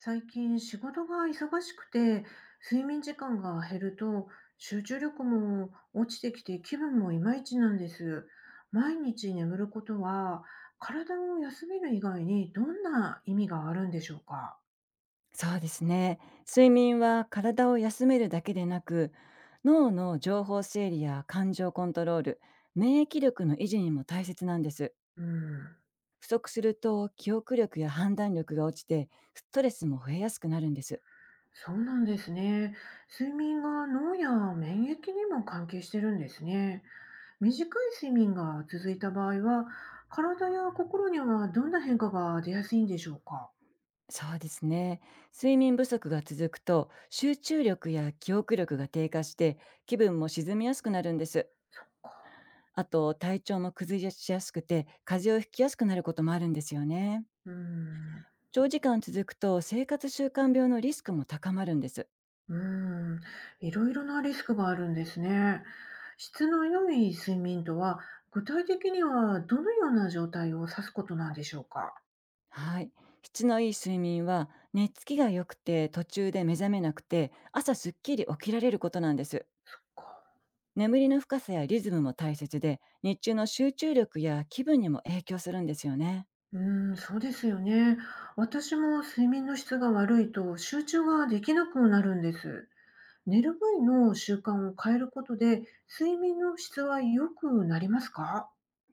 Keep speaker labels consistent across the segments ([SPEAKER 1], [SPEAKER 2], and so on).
[SPEAKER 1] 最近仕事が忙しくて睡眠時間が減ると集中力も落ちてきて気分もいまいちなんです。毎日眠ることは体を休める以外にどんな意味があるんでしょうか？
[SPEAKER 2] そうですね。睡眠は体を休めるだけでなく、脳の情報整理や感情コントロール、免疫力の維持にも大切なんです。
[SPEAKER 1] うん、
[SPEAKER 2] 不足すると記憶力や判断力が落ちて、ストレスも増えやすくなるんです。
[SPEAKER 1] そうなんですね。睡眠が脳や免疫にも関係してるんですね。短い睡眠が続いた場合は体や心にはどんな変化が出やすいんでしょうか？
[SPEAKER 2] そうですね。睡眠不足が続くと、集中力や記憶力が低下して、気分も沈みやすくなるんです。
[SPEAKER 1] そっか。
[SPEAKER 2] あと、体調も崩しやすくて、風邪をひきやすくなることもあるんですよね。
[SPEAKER 1] うん。
[SPEAKER 2] 長時間続くと生活習慣病のリスクも高まるんです。
[SPEAKER 1] うーん、いろいろなリスクがあるんですね。質の良い睡眠とは、具体的にはどのような状態を指すことなんでしょうか。
[SPEAKER 2] はい。質のいい睡眠は、寝つきが良くて、途中で目覚めなくて、朝すっきり起きられることなんです。
[SPEAKER 1] か。
[SPEAKER 2] 眠りの深さやリズムも大切で、日中の集中力や気分にも影響するんですよね。
[SPEAKER 1] うーん、そうですよね。私も睡眠の質が悪いと集中ができなくなるんです。寝る前の習慣を変えることで、睡眠の質は良くなりますか？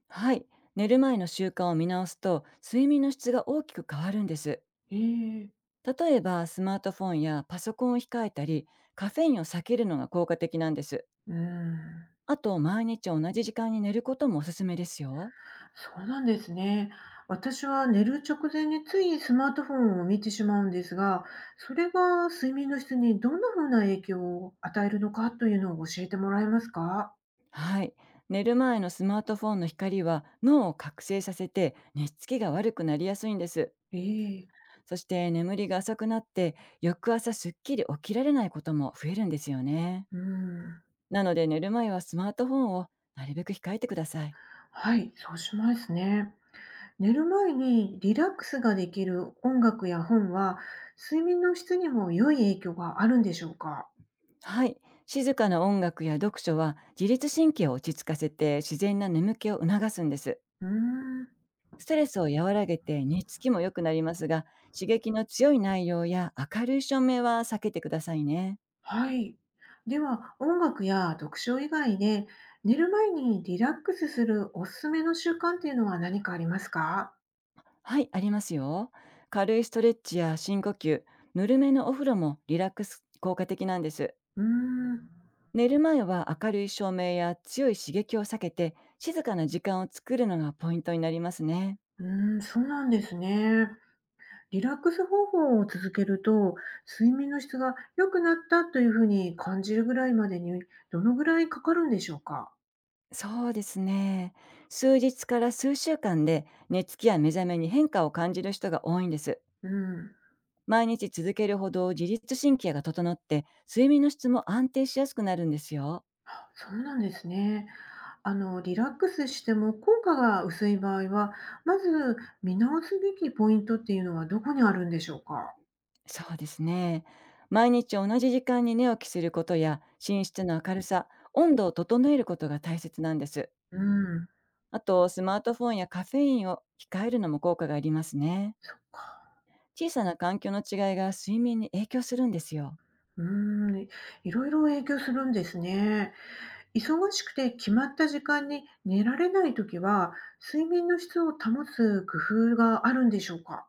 [SPEAKER 2] はい。寝る前の習慣を見直すと、睡眠の質が大きく変わるんです。
[SPEAKER 1] ええ。
[SPEAKER 2] 例えば、スマートフォンやパソコンを控えたり、カフェインを避けるのが効果的なんです。
[SPEAKER 1] うーん。
[SPEAKER 2] あと、毎日同じ時間に寝ることもおすすめですよ。
[SPEAKER 1] そうなんですね。私は寝る直前についスマートフォンを見てしまうんですが、それが睡眠の質にどんなふうな影響を与えるのかというのを教えてもらえますか？
[SPEAKER 2] はい。寝る前のスマートフォンの光は、脳を覚醒させて寝つきが悪くなりやすいんです。
[SPEAKER 1] ええ。
[SPEAKER 2] そして眠りが浅くなって、翌朝すっきり起きられないことも増えるんですよね。
[SPEAKER 1] うーん、
[SPEAKER 2] なので、寝る前はスマートフォンをなるべく控えてください。
[SPEAKER 1] はい、そうしますね。寝る前にリラックスができる音楽や本は、睡眠の質にも良い影響があるんでしょうか？
[SPEAKER 2] はい。静かな音楽や読書は、自律神経を落ち着かせて自然な眠気を促すんです。
[SPEAKER 1] うーん。
[SPEAKER 2] ストレスを和らげて寝つきも良くなりますが、刺激の強い内容や明るい照明は避けてくださいね。
[SPEAKER 1] はい。では、音楽や読書以外で、寝る前にリラックスするおすすめの習慣っていうのは何かありますか？
[SPEAKER 2] はい、ありますよ。軽いストレッチや深呼吸、ぬるめのお風呂もリラックス効果的なんです。
[SPEAKER 1] うーん、
[SPEAKER 2] 寝る前は明るい照明や強い刺激を避けて、静かな時間を作るのがポイントになりますね。
[SPEAKER 1] うーん、そうなんですね。リラックス方法を続けると、睡眠の質が良くなったというふうに感じるぐらいまでに、どのぐらいかかるんでしょうか？
[SPEAKER 2] そうですね。数日から数週間で寝つきや目覚めに変化を感じる人が多いんです。
[SPEAKER 1] うん、
[SPEAKER 2] 毎日続けるほど自律神経が整って、睡眠の質も安定しやすくなるんですよ。
[SPEAKER 1] そうなんですね。あの、リラックスしても効果が薄い場合は、まず見直すべきポイントっていうのはどこにあるんでしょうか？
[SPEAKER 2] そうですね。毎日同じ時間に寝起きすることや、寝室の明るさ、温度を整えることが大切なんです。
[SPEAKER 1] うん、
[SPEAKER 2] あと、スマートフォンやカフェインを控えるのも効果がありますね。
[SPEAKER 1] そっか。
[SPEAKER 2] 小さな環境の違いが睡眠に影響するんですよ。
[SPEAKER 1] うーん、いろいろ影響するんですね。忙しくて決まった時間に寝られない時は、睡眠の質を保つ工夫があるんでしょうか？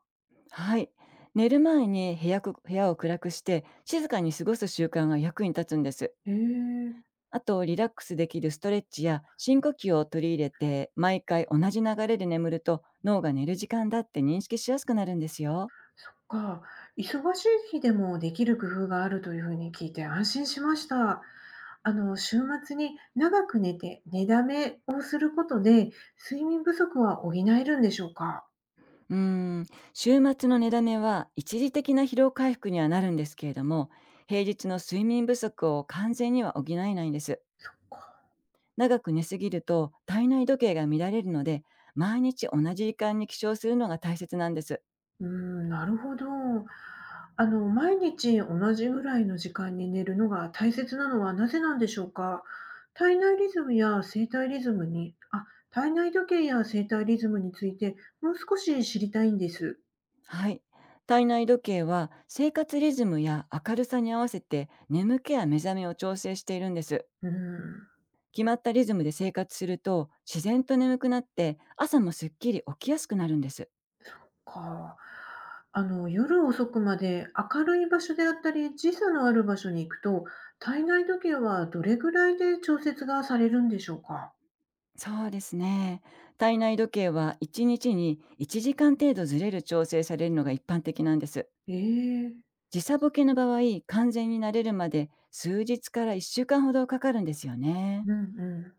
[SPEAKER 2] はい。寝る前に、部屋を暗くして静かに過ごす習慣が役に立つんです。
[SPEAKER 1] へえ、
[SPEAKER 2] あと、リラックスできるストレッチや深呼吸を取り入れて、毎回同じ流れで眠ると、脳が寝る時間だって認識しやすくなるんですよ。
[SPEAKER 1] そっか。忙しい日でもできる工夫があるというふうに聞いて安心しました。あの、週末に長く寝て寝だめをすることで、睡眠不足は補えるんでしょうか？
[SPEAKER 2] うーん、週末の寝だめは一時的な疲労回復にはなるんですけれども、平日の睡眠不足を完全には補えないんです。
[SPEAKER 1] そっか。
[SPEAKER 2] 長く寝すぎると体内時計が乱れるので、毎日同じ時間に起床するのが大切なんです。
[SPEAKER 1] うーん、なるほど。あの、毎日同じぐらいの時間に寝るのが大切なのはなぜなんでしょうか？体内リズムや生体リズムにあ、体内時計や生体リズムについてもう少し知りたいんです。
[SPEAKER 2] はい。体内時計は、生活リズムや明るさに合わせて眠気や目覚めを調整しているんです。
[SPEAKER 1] うーん、
[SPEAKER 2] 決まったリズムで生活すると、自然と眠くなって朝もすっきり起きやすくなるんです。
[SPEAKER 1] か。あの、夜遅くまで明るい場所であったり、時差のある場所に行くと、体内時計はどれぐらいで調節がされるんでしょうか？
[SPEAKER 2] そうですね。体内時計は1日に1時間程度ずれる調整されるのが一般的なんです。
[SPEAKER 1] ええ、
[SPEAKER 2] 時差ボケの場合、完全に慣れるまで数日から1週間ほどかかるんですよね。
[SPEAKER 1] うんうん。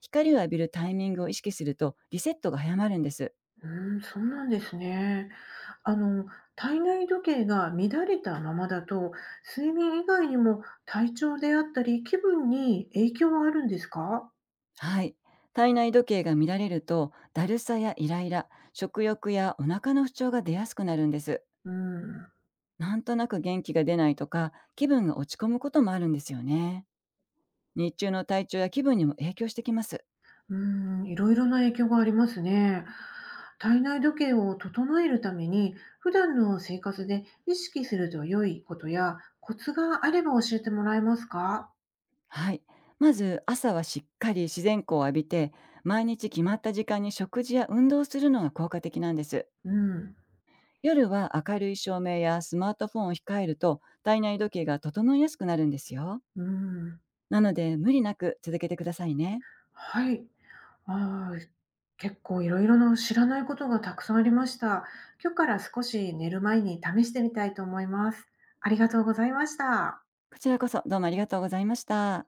[SPEAKER 2] 光を浴びるタイミングを意識すると、リセットが早まるんです。
[SPEAKER 1] うん、そうなんですね。あの、体内時計が乱れたままだと、睡眠以外にも体調であったり、気分に影響はあるんですか？
[SPEAKER 2] はい。体内時計が乱れると、だるさやイライラ、食欲やお腹の不調が出やすくなるんです。
[SPEAKER 1] うーん、う
[SPEAKER 2] なんとなく元気が出ないとか、気分が落ち込むこともあるんですよね。日中の体調や気分にも影響してきます。
[SPEAKER 1] ん、いろいろな影響がありますね。体内時計を整えるために、普段の生活で意識すると良いことやコツがあれば教えてもらえますか？
[SPEAKER 2] はい。まず、朝はしっかり自然光を浴びて、毎日決まった時間に食事や運動をするのが効果的なんです。
[SPEAKER 1] うん、
[SPEAKER 2] 夜は明るい照明やスマートフォンを控えると、体内時計が整いやすくなるんですよ。
[SPEAKER 1] うーん、
[SPEAKER 2] なので、無理なく続けてくださいね。
[SPEAKER 1] はい。ああ、結構いろいろな知らないことがたくさんありました。今日から少し寝る前に試してみたいと思います。ありがとうございました。
[SPEAKER 2] こちらこそ、どうもありがとうございました。